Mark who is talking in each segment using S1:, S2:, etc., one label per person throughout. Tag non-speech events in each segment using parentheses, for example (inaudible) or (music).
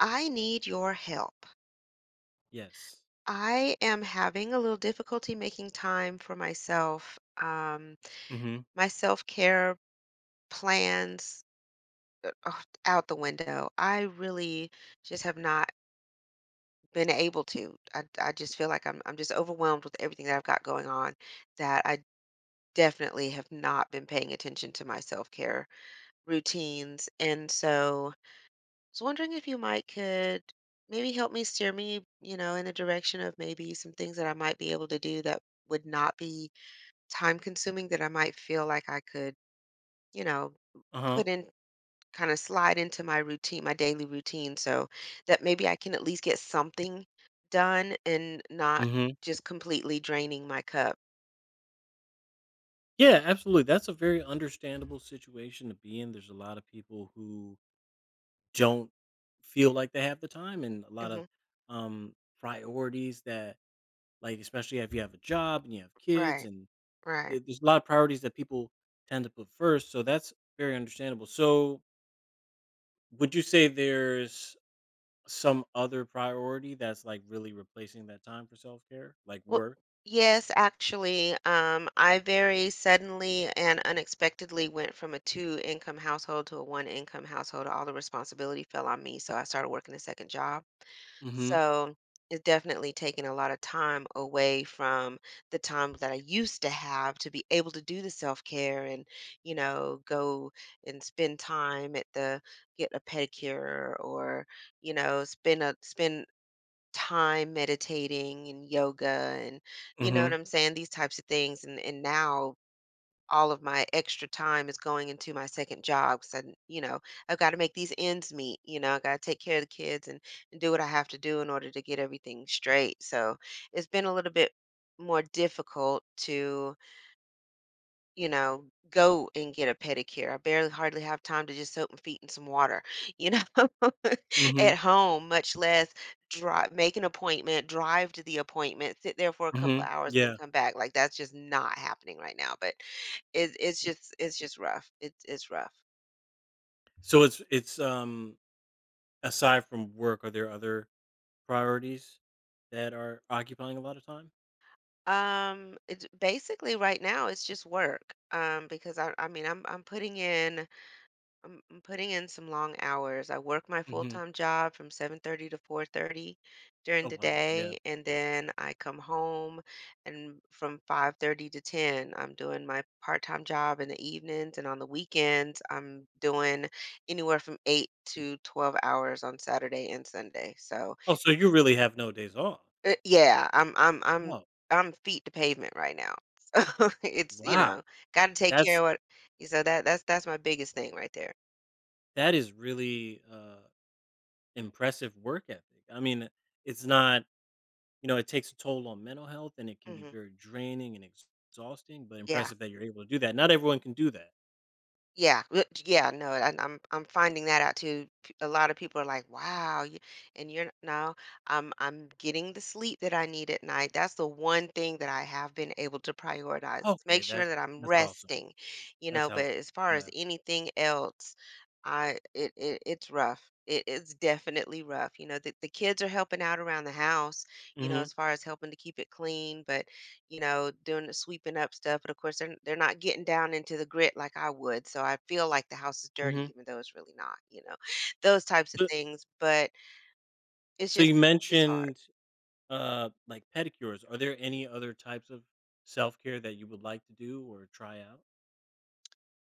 S1: I need your help.
S2: Yes.
S1: I am having a little difficulty making time for myself.
S2: Mhm.
S1: My self care plans are out the window. I really just have not been able to. I just feel like I'm just overwhelmed with everything that I've got going on that I definitely have not been paying attention to my self care routines. And so was wondering if you might could maybe help me steer me, you know, in the direction of maybe some things that I might be able to do that would not be time consuming that I might feel like I could, you know,
S2: Uh-huh.
S1: put in kind of slide into my routine, my daily routine so that maybe I can at least get something done and not
S2: Mhm.
S1: just completely draining my cup.
S2: Yeah, absolutely. That's a very understandable situation to be in. There's a lot of people who don't feel like they have the time and a lot of
S1: hmm
S2: priorities that like especially if you have a job and you have kids
S1: Right,
S2: and
S1: right.
S2: there's a lot of priorities that people tend to put first. So that's very understandable. So would you say there's some other priority that's like really replacing that time for self-care, like
S1: Well,
S2: work?
S1: yes, actually, I very suddenly and unexpectedly went from a two-income household to a one-income household. All the responsibility fell on me, so I started working a second job.
S2: Mhm.
S1: So it's definitely taken a lot of time away from the time that I used to have to be able to do the self-care and, you know, go and spend time at the get a pedicure or, you know, spend time meditating and yoga and you know what
S2: Mhm.
S1: I'm saying? These types of things. And now all of my extra time is going into my second job. So, you know, I've got to make these ends meet. You know, I got to take care of the kids and do what I have to do in order to get everything straight. So it's been a little bit more difficult to you know, go and get a pedicure. I barely hardly have time to just soak my feet in some water, you know, (laughs) at
S2: Mhm.
S1: home, much less drive, make an appointment, drive to the appointment, sit there for a couple of
S2: Mhm.
S1: hours and then
S2: Yeah.
S1: come back. Like that's just not happening right now. But it's just rough. It's rough.
S2: So it's aside from work, are there other priorities that are occupying a lot of time?
S1: It's basically right now it's just work. Because I mean I'm putting in I'm putting in some long hours. I work my
S2: Hmm.
S1: full-time job from 7:30 to 4:30 during
S2: Oh
S1: the
S2: wow, yeah.
S1: day, and then I come home and from 5:30 to 10, I'm doing my part-time job in the evenings and on the weekends, I'm doing anywhere from 8 to 12 hours on Saturday and Sunday. So,
S2: Oh, so you really have no days off.
S1: yeah, I'm
S2: Oh
S1: I'm feet to pavement right now. (laughs) So it's, you
S2: wow,
S1: know, got to take care
S2: that's
S1: of what so that that's my biggest thing right there.
S2: that is really impressive work ethic. I mean, it's not it takes a toll on mental health and it can be
S1: Mhm.
S2: very draining and exhausting, but
S1: Yeah.
S2: impressive that you're able to do that. Not everyone can do that.
S1: Yeah, w yeah, no, and I'm finding that out too. P A lot of people are like, "Wow," you and you're no, I'm getting the sleep that I need at night. That's the one thing that I have been able to prioritize, is
S2: Okay,
S1: make sure
S2: that's
S1: that I'm
S2: that's awesome.
S1: resting, you
S2: That's
S1: know, but
S2: healthy.
S1: as far as
S2: Yeah.
S1: anything else, I it it it's rough. It's definitely rough. You know, the kids are helping out around the house, you know,
S2: Hmm.
S1: as far as helping to keep it clean, but you know, doing the sweeping up stuff, but of course they're not getting down into the grit like I would. So I feel like the house is dirty,
S2: Hmm.
S1: even though it's really not, you know, (laughs) those types of
S2: So,
S1: things. But it's
S2: so
S1: just
S2: you
S1: it's hard.
S2: mentioned like pedicures, are there any other types of self-care that you would like to do or try out?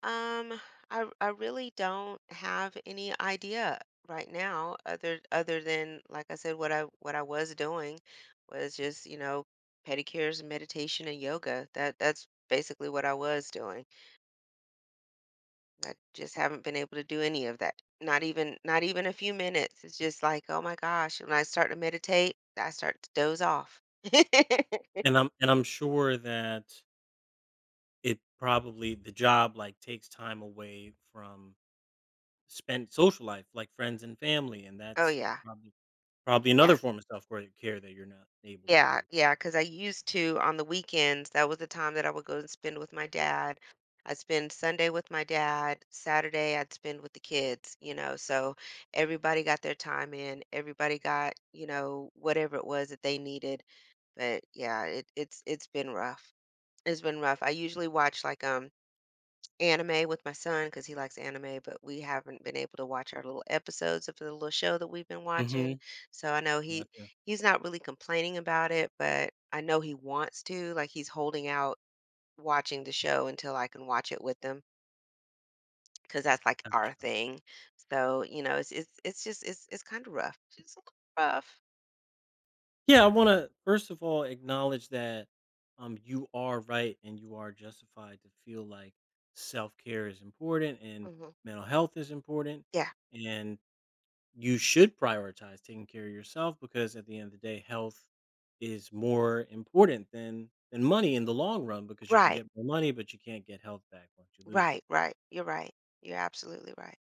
S1: Um, I really don't have any idea right now other than like I said, what I was doing was just, you know, pedicures and meditation and yoga. That's basically what I was doing. I just haven't been able to do any of that. Not even a few minutes. It's just like, oh my gosh. When I start to meditate, I start to doze off. (laughs)
S2: And I'm sure that it probably the job, like, takes time away from spent social life, like friends and family, and
S1: Oh
S2: that's
S1: yeah.
S2: probably probably another
S1: Yeah.
S2: form of self-care that you're not able to
S1: Yeah.
S2: do.
S1: Yeah. Cause I used to on the weekends, that was the time that I would go and spend with my dad. I'd spend Sunday with my dad. Saturday I'd spend with the kids, you know. So everybody got their time in. Everybody got, you know, whatever it was that they needed. But yeah, it, it's been rough. It's been rough. I usually watch like anime with my son because he likes anime, but we haven't been able to watch our little episodes of the little show that we've been
S2: Mm.
S1: watching.
S2: Mhm.
S1: So I know
S2: Gotcha.
S1: he's not really complaining about it, but I know he wants to. Like he's holding out watching the show until I can watch it with him because that's like our
S2: Gotcha.
S1: thing. So you know, it's it's kind of rough. It's just a little rough.
S2: Yeah, I want to first of all acknowledge that you are right and you are justified to feel like self-care is important and
S1: hmm
S2: mental health is important
S1: Yeah.
S2: and you should prioritize taking care of yourself because at the end of the day health is more important than money in the long run because you can
S1: Right.
S2: get more money but you can't get health back once you lose it.
S1: Right. Right. You're right. You're absolutely right.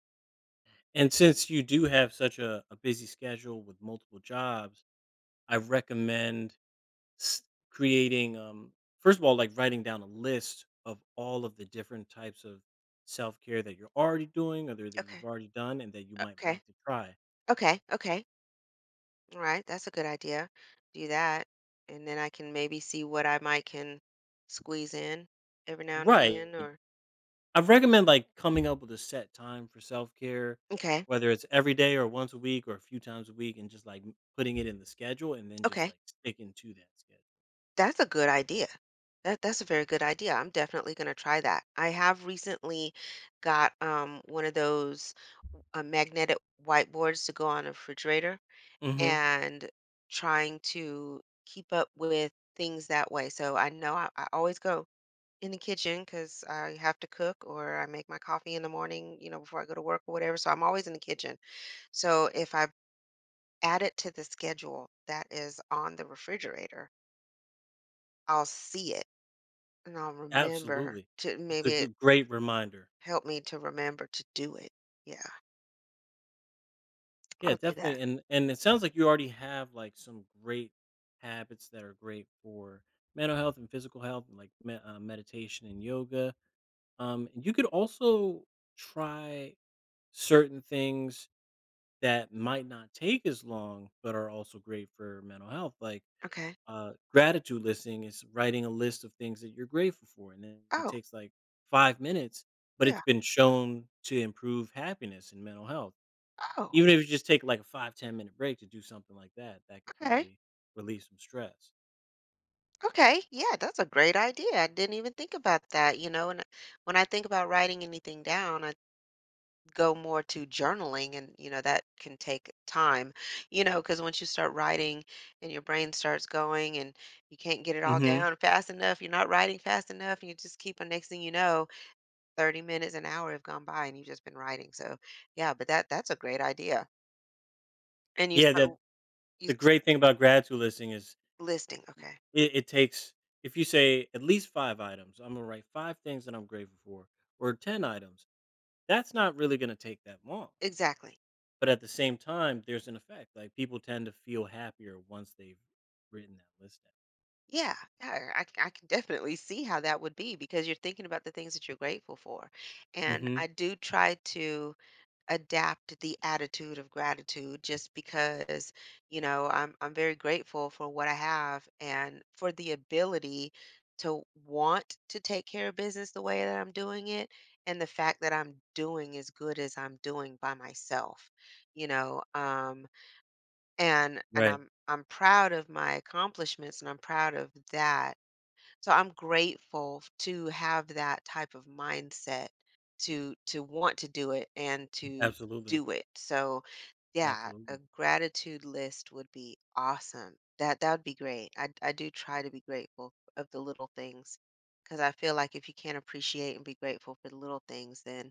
S2: And since you do have such a busy schedule with multiple jobs, I recommend s- creating first of all like writing down a list of all of the different types of self-care that you're already doing or that you've
S1: Okay.
S2: already done and that you might
S1: Okay.
S2: like to try.
S1: Okay. Okay. All right, that's a good idea. Do that, and then I can maybe see what I might can squeeze in every now and again
S2: Right,
S1: or
S2: I recommend like coming up with a set time for self-care
S1: okay.
S2: whether it's every day or once a week or a few times a week and just like putting it in the schedule and then just
S1: Okay.
S2: like sticking to that schedule.
S1: That's a good idea. That's a very good idea. I'm definitely going to try that. I have recently got one of those magnetic whiteboards to go on a refrigerator
S2: Hmm.
S1: and trying to keep up with things that way. So I know I always go in the kitchen because I have to cook or I make my coffee in the morning, you know, before I go to work or whatever. So I'm always in the kitchen. So if I add it to the schedule that is on the refrigerator, I'll see it and I'll remember
S2: Absolutely,
S1: to
S2: that's a
S1: maybe it
S2: great reminder.
S1: helped me to remember to do it. Yeah,
S2: Yeah,
S1: I'll do that.
S2: definitely. And it sounds like you already have like some great habits that are great for mental health and physical health, like meditation and yoga. And you could also try certain things that might not take as long, but are also great for mental health. Like
S1: Okay.
S2: gratitude listing is writing a list of things that you're grateful for, and then it
S1: Oh,
S2: takes like 5 minutes, but it's
S1: yeah.
S2: been shown to improve happiness and mental health.
S1: Oh,
S2: Even if you just take like a 5 10 minute break to do something like that, that could
S1: okay.
S2: probably relieve some stress.
S1: Okay. Yeah, that's a great idea. I didn't even think about that, you know, and when I think about writing anything down, I. go more to journaling and you know that can take time you know because once you start writing and your brain starts going and you can't get it all
S2: Mhm.
S1: down fast enough you're not writing fast enough and you just keep on next thing you know 30 minutes an hour have gone by and you've just been writing so yeah but that's a great idea and you
S2: Yeah, the
S1: so you
S2: great thing about gratitude listing is
S1: listing okay
S2: it takes if you say at least five items, I'm gonna write five things that I'm grateful for, or 10 items, that's not really gonna take that long.
S1: exactly
S2: But at the same time, there's an effect. Like people tend to feel happier once they've written that list
S1: yeah, yeah I can definitely see how that would be because you're thinking about the things that you're grateful for
S2: down.
S1: and
S2: Mhm.
S1: I do try to adapt the attitude of gratitude just because you know I'm very grateful for what I have and for the ability to want to take care of business the way that I'm doing it and the fact that I'm doing as good as I'm doing by myself you know and
S2: Right.
S1: I'm proud of my accomplishments and I'm proud of that so I'm grateful to have that type of mindset to want to do it and to
S2: Absolutely.
S1: do it. So yeah, a
S2: Absolutely.
S1: gratitude list would be awesome. That would be great. I do try to be grateful of the little things because I feel like if you can't appreciate and be grateful for the little things, then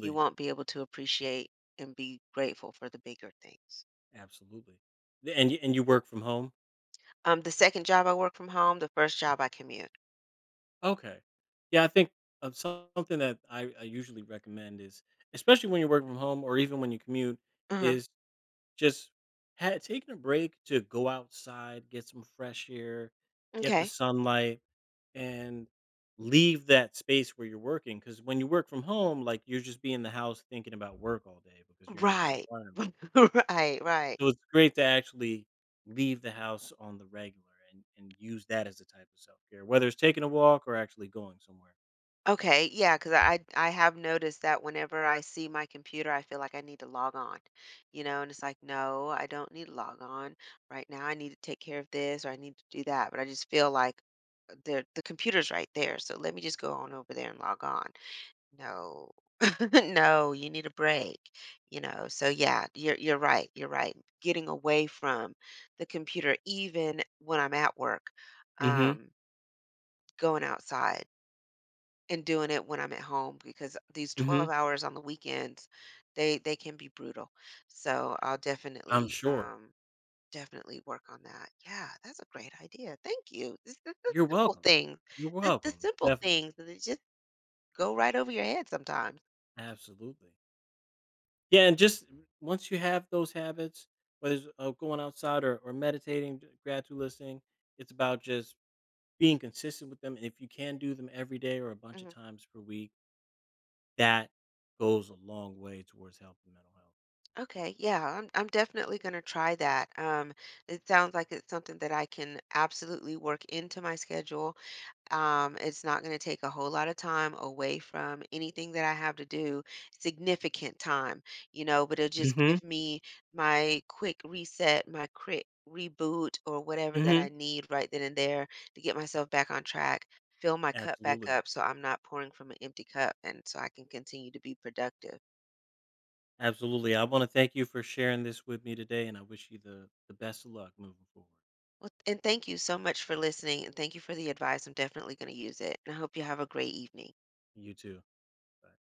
S1: you won't be able to appreciate and be grateful for the bigger things.
S2: Absolutely. And you work from home?
S1: The second job I work from home, the first job I commute.
S2: Okay. Yeah, I think of something that I usually recommend is, especially when you're working from home or even when you commute,
S1: Mhm.
S2: is just taking a break to go outside, get some fresh air, get the
S1: Okay.
S2: sunlight, and leave that space where you're working. Because when you work from home, like you're just be in the house thinking about work all day because you're in that
S1: Right. (laughs)
S2: environment.
S1: Right, right.
S2: So it's great to actually leave the house on the regular and, use that as a type of self care, whether it's taking a walk or actually going somewhere.
S1: Okay, yeah, because I have noticed that whenever I see my computer, I feel like I need to log on, you know, and it's like, no, I don't need to log on right now. I need to take care of this or I need to do that, but I just feel like the computer's right there, so let me just go on over there and log on. No, (laughs) no, you need a break, you know. So yeah, you're right, you're right. Getting away from the computer, even when I'm at work,
S2: Mhm,
S1: um, going outside and doing it when I'm at home because these
S2: mhm.
S1: 12 hours on the weekends, they can be brutal. So I'll
S2: I'm
S1: definitely
S2: sure.
S1: definitely work on that. Yeah, that's a great idea. Thank you. This is the
S2: You're
S1: simple
S2: welcome.
S1: things.
S2: You're
S1: The
S2: welcome,
S1: simple
S2: definitely.
S1: things that just go right over your head sometimes.
S2: Absolutely. Yeah, and just once you have those habits, whether it's, going outside or meditating, d gratitude listening, it's about just being consistent with them, and if you can do them every day or a bunch of
S1: hmm
S2: times per week, that goes a long way towards health and mental health.
S1: Okay, yeah, I'm definitely going to try that. It sounds like it's something that I can absolutely work into my schedule. It's not going to take a whole lot of time away from anything that I have to do, significant time, you know, but it'll just
S2: Mhm,
S1: give me my quick reset, my quick reboot, or whatever that I
S2: mhm.
S1: need right then and there to get myself back on track, fill my cup back
S2: Absolutely.
S1: up so I'm not pouring from an empty cup and so I can continue to be productive.
S2: Absolutely. I wanna thank you for sharing this with me today, and I wish you the best of luck moving forward.
S1: Well, and thank you so much for listening and thank you for the advice. I'm definitely going to use it. And I hope you have a great evening.
S2: You too. Bye.